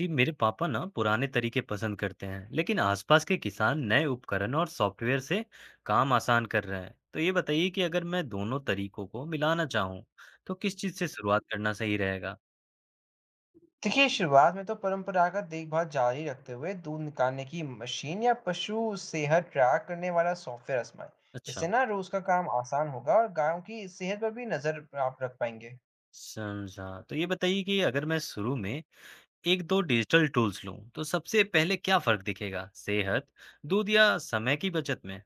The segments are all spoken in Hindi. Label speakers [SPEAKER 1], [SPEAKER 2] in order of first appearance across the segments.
[SPEAKER 1] जी मेरे पापा ना पुराने तरीके पसंद करते हैं लेकिन आसपास के किसान नए उपकरण और सॉफ्टवेयर से काम आसान कर रहे हैं। तो ये बताइए कि अगर मैं दोनों तरीकों को मिलाना चाहूँ तो किस चीज़ से शुरुआत करना सही रहेगा?
[SPEAKER 2] देखिए, शुरुआत में तो परंपरागत देखभाल जारी रखते हुए दूध निकालने की मशीन या पशु सेहत ट्रैक करने वाला सॉफ्टवेयर आजमाएं।
[SPEAKER 1] अच्छा।
[SPEAKER 2] इससे ना रोज का काम आसान होगा और गायों की सेहत पर भी नजर आप रख पाएंगे।
[SPEAKER 1] समझा। तो ये बताइए कि अगर मैं शुरू में एक दो डिजिटल टूल्स लूँ तो सबसे पहले क्या फर्क दिखेगा, सेहत, दूध या समय की बचत में?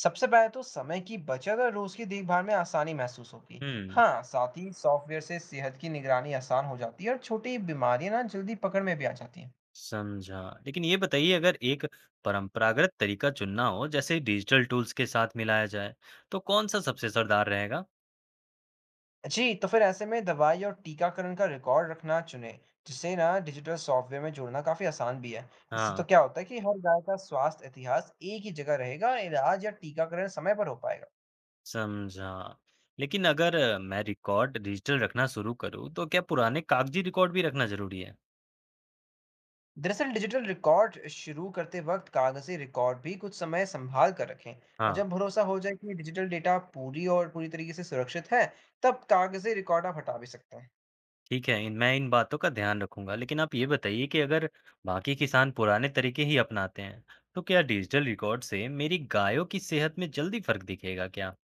[SPEAKER 2] सबसे पहले तो समय की बचत और रोज की देखभाल में आसानी महसूस होगी।
[SPEAKER 1] हम्म।
[SPEAKER 2] हाँ, साथ ही सॉफ्टवेयर से सेहत की निगरानी आसान हो जाती है और छोटी बीमारियां ना जल्दी पकड़ में भी आ जाती हैं।
[SPEAKER 1] समझा। लेकिन ये बताइए, अगर एक परंपरागत तरीका चुनना हो जैसे डिजिटल टूल्स के साथ मिलाया जाए, तो कौन-सा सबसे असरदार रहेगा?
[SPEAKER 2] जी, तो फिर ऐसे में दवाई और टीकाकरण का रिकॉर्ड रखना चुनें, जिसे ना डिजिटल सॉफ्टवेयर में जोड़ना काफ़ी आसान भी है। इससे
[SPEAKER 1] हाँ।
[SPEAKER 2] तो क्या होता है कि हर गाय का स्वास्थ्य इतिहास एक ही जगह रहेगा और इलाज या टीकाकरण समय पर हो पाएगा।
[SPEAKER 1] समझा। लेकिन अगर मैं रिकॉर्ड डिजिटल रखना शुरू करूँ तो क्या पुराने कागजी रिकॉर्ड भी रखना ज़रूरी है?
[SPEAKER 2] दरअसल डिजिटल रिकॉर्ड शुरू करते वक्त कागज़ी रिकॉर्ड भी कुछ समय सँभाल कर रखें। और
[SPEAKER 1] हाँ।
[SPEAKER 2] जब भरोसा हो जाए कि डिजिटल डेटा पूरी और पूरी तरीके से सुरक्षित है, तब कागज़ी रिकॉर्ड आप हटा भी सकते हैं।
[SPEAKER 1] ठीक है, इन मैं इन बातों का ध्यान रखूँगा। लेकिन आप ये बताइए कि अगर बाकी किसान पुराने तरीके ही अपनाते हैं, तो क्या डिजिटल रिकॉर्ड से मेरी गायों की सेहत में जल्दी फ़र्क दिखेगा क्या?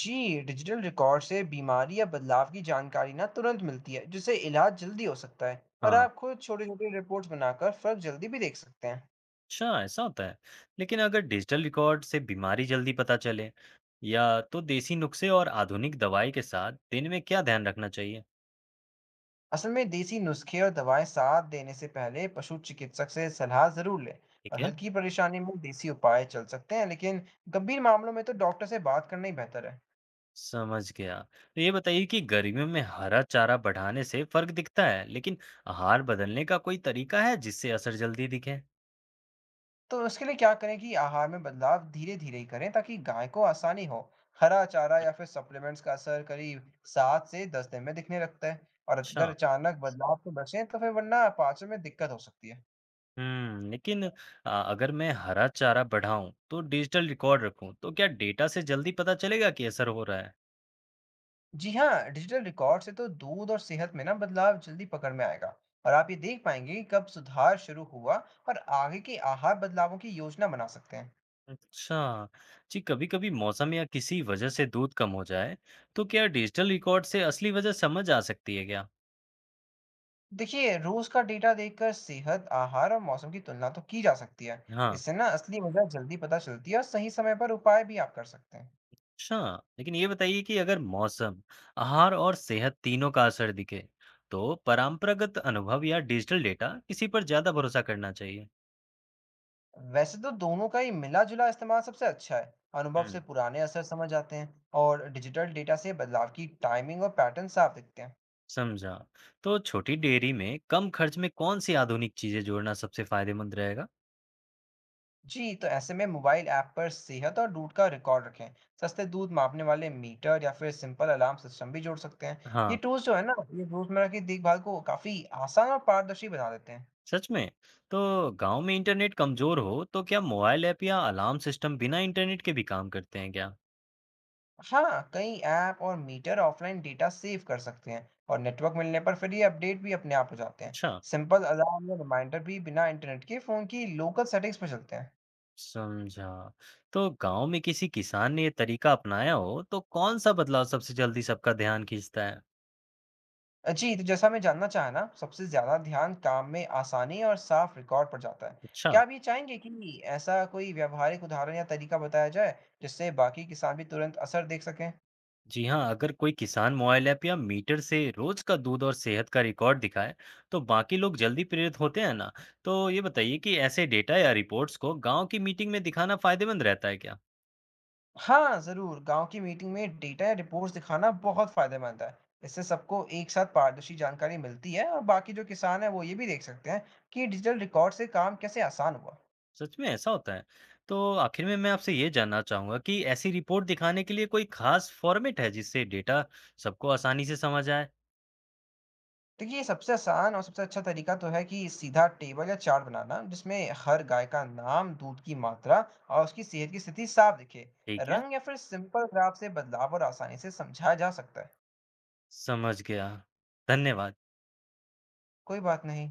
[SPEAKER 2] जी, डिजिटल रिकॉर्ड से बीमारी या बदलाव की जानकारी ना तुरंत मिलती है, जिससे इलाज जल्दी हो सकता है और
[SPEAKER 1] हाँ।
[SPEAKER 2] आप खुद छोटी-छोटी रिपोर्ट्स बनाकर फर्क जल्दी भी देख सकते हैं।
[SPEAKER 1] अच्छा, ऐसा होता है। लेकिन अगर डिजिटल रिकॉर्ड से बीमारी जल्दी पता चले या, तो देसी नुस्खे और आधुनिक दवाई के साथ दिन में क्या ध्यान रखना चाहिए?
[SPEAKER 2] असल में देसी नुस्खे और दवाएं साथ देने से पहले पशु चिकित्सक से सलाह ज़रूर लें। और
[SPEAKER 1] ठीक है।
[SPEAKER 2] हल्की परेशानी में देसी उपाय चल सकते हैं, लेकिन गंभीर मामलों में तो डॉक्टर से बात करना ही बेहतर है।
[SPEAKER 1] समझ गया। तो ये बताइए कि गर्मियों में हरा चारा बढ़ाने से फर्क दिखता है, लेकिन आहार बदलने का कोई तरीका है जिससे असर जल्दी दिखे?
[SPEAKER 2] तो उसके लिए क्या करें कि आहार में बदलाव धीरे धीरे ही करें ताकि गाय को आसानी हो। हरा चारा या फिर सप्लीमेंट्स का असर करीब 7 से 10 दिन में दिखने लगता है। और अगर
[SPEAKER 1] अच्छा।
[SPEAKER 2] अचानक बदलाव से बचें तो फिर वरना पाचन में दिक्कत हो सकती है।
[SPEAKER 1] हम्म। लेकिन अगर मैं हरा चारा बढ़ाऊं तो डिजिटल रिकॉर्ड रखूं तो क्या डेटा से जल्दी पता चलेगा कि असर हो रहा है?
[SPEAKER 2] जी हाँ, डिजिटल रिकॉर्ड से तो दूध और सेहत में ना बदलाव जल्दी पकड़ में आएगा। और आप ये देख पाएंगे कि कब सुधार शुरू हुआ और आगे के आहार बदलावों की योजना बना सकते हैं।
[SPEAKER 1] अच्छा। जी, कभी-कभी मौसम या किसी वजह से दूध कम हो जाए, तो क्या डिजिटल रिकॉर्ड से असली वजह समझ आ सकती है क्या?
[SPEAKER 2] देखिए, रोज का डेटा देखकर सेहत, आहार और मौसम की तुलना तो की जा सकती है।
[SPEAKER 1] हाँ।
[SPEAKER 2] इससे ना असली वजह जल्दी पता चलती है और सही समय पर उपाय भी आप कर सकते हैं।
[SPEAKER 1] अच्छा। लेकिन ये बताइए कि अगर मौसम, आहार और सेहत तीनों का असर दिखे, तो परंपरागत अनुभव या डिजिटल डेटा, किसी पर ज़्यादा भरोसा करना चाहिए?
[SPEAKER 2] वैसे तो दोनों का ही मिला-जुला इस्तेमाल सबसे अच्छा है। अनुभव
[SPEAKER 1] हुँ।
[SPEAKER 2] से पुराने असर समझ आते हैं और डिजिटल डेटा से बदलाव की टाइमिंग और पैटर्न साफ दिखते हैं।
[SPEAKER 1] समझा। तो छोटी डेयरी में कम खर्च में कौन सी आधुनिक चीज़ें जोड़ना सबसे फ़ायदेमंद रहेगा?
[SPEAKER 2] जी, तो ऐसे में मोबाइल ऐप पर सेहत और दूध का रिकॉर्ड रखें। सस्ते दूध मापने वाले मीटर या फिर सिंपल अलार्म सिस्टम भी जोड़ सकते हैं। ये
[SPEAKER 1] हाँ।
[SPEAKER 2] टूल्स जो है ना, ये रोजमर्रा की देखभाल को काफ़ी आसान और पारदर्शी बना देते हैं।
[SPEAKER 1] सच में? तो गाँव में इंटरनेट कमज़ोर हो तो क्या मोबाइल ऐप या अलार्म सिस्टम बिना इंटरनेट के भी काम करते हैं क्या?
[SPEAKER 2] हाँ, कई ऐप और मीटर ऑफलाइन डेटा सेव कर सकते हैं और नेटवर्क मिलने पर फिर ये अपडेट भी अपने आप हो जाते हैं।
[SPEAKER 1] अच्छा।
[SPEAKER 2] सिंपल अलार्म या रिमाइंडर भी बिना इंटरनेट के फोन की लोकल सेटिंग्स पे चलते हैं।
[SPEAKER 1] समझा। तो गाँव में किसी किसान ने ये तरीका अपनाया हो तो कौन-सा बदलाव सबसे जल्दी सबका ध्यान खींचता है?
[SPEAKER 2] जी, तो जैसा मैं जानना चाहा ना सबसे ज्यादा ध्यान काम में आसानी और साफ रिकॉर्ड पर जाता है।
[SPEAKER 1] अच्छा।
[SPEAKER 2] क्या आप ये चाहेंगे कि ऐसा कोई व्यवहारिक उदाहरण या तरीका बताया जाए जिससे बाकी किसान भी तुरंत असर देख सकें।
[SPEAKER 1] जी हाँ, अगर कोई किसान मोबाइल ऐप या मीटर से रोज़ का दूध और सेहत का रिकॉर्ड दिखाए तो बाकी लोग जल्दी प्रेरित होते हैं ना? तो ये बताइए कि ऐसे डेटा या रिपोर्ट्स को गाँव की मीटिंग में दिखाना फ़ायदेमंद रहता है क्या?
[SPEAKER 2] हाँ, ज़रूर। गाँव की मीटिंग में डेटा या रिपोर्ट्स दिखाना बहुत फ़ायदेमंद है। इससे सबको एक साथ पारदर्शी जानकारी मिलती है और बाकी जो किसान हैं, वो ये भी देख सकते हैं कि डिजिटल रिकॉर्ड से काम कैसे आसान हुआ।
[SPEAKER 1] सच में ऐसा होता है? तो आखिर में मैं आपसे ये जानना चाहूँगा कि ऐसी रिपोर्ट दिखाने के लिए कोई ख़ास फ़ॉर्मेट है जिससे डेटा सबको आसानी से समझ आए?
[SPEAKER 2] देखिए, ये सबसे आसान और सबसे अच्छा तरीका तो है कि सीधा टेबल या चार्ट बनाना, जिसमें हर गाय का नाम, दूध की मात्रा और उसकी सेहत की स्थिति साफ दिखे।
[SPEAKER 1] ठीक है।
[SPEAKER 2] रंग या फिर सिंपल ग्राफ से बदलाव और आसानी से समझाया जा सकता है।
[SPEAKER 1] समझ गया। धन्यवाद।
[SPEAKER 2] कोई बात नहीं।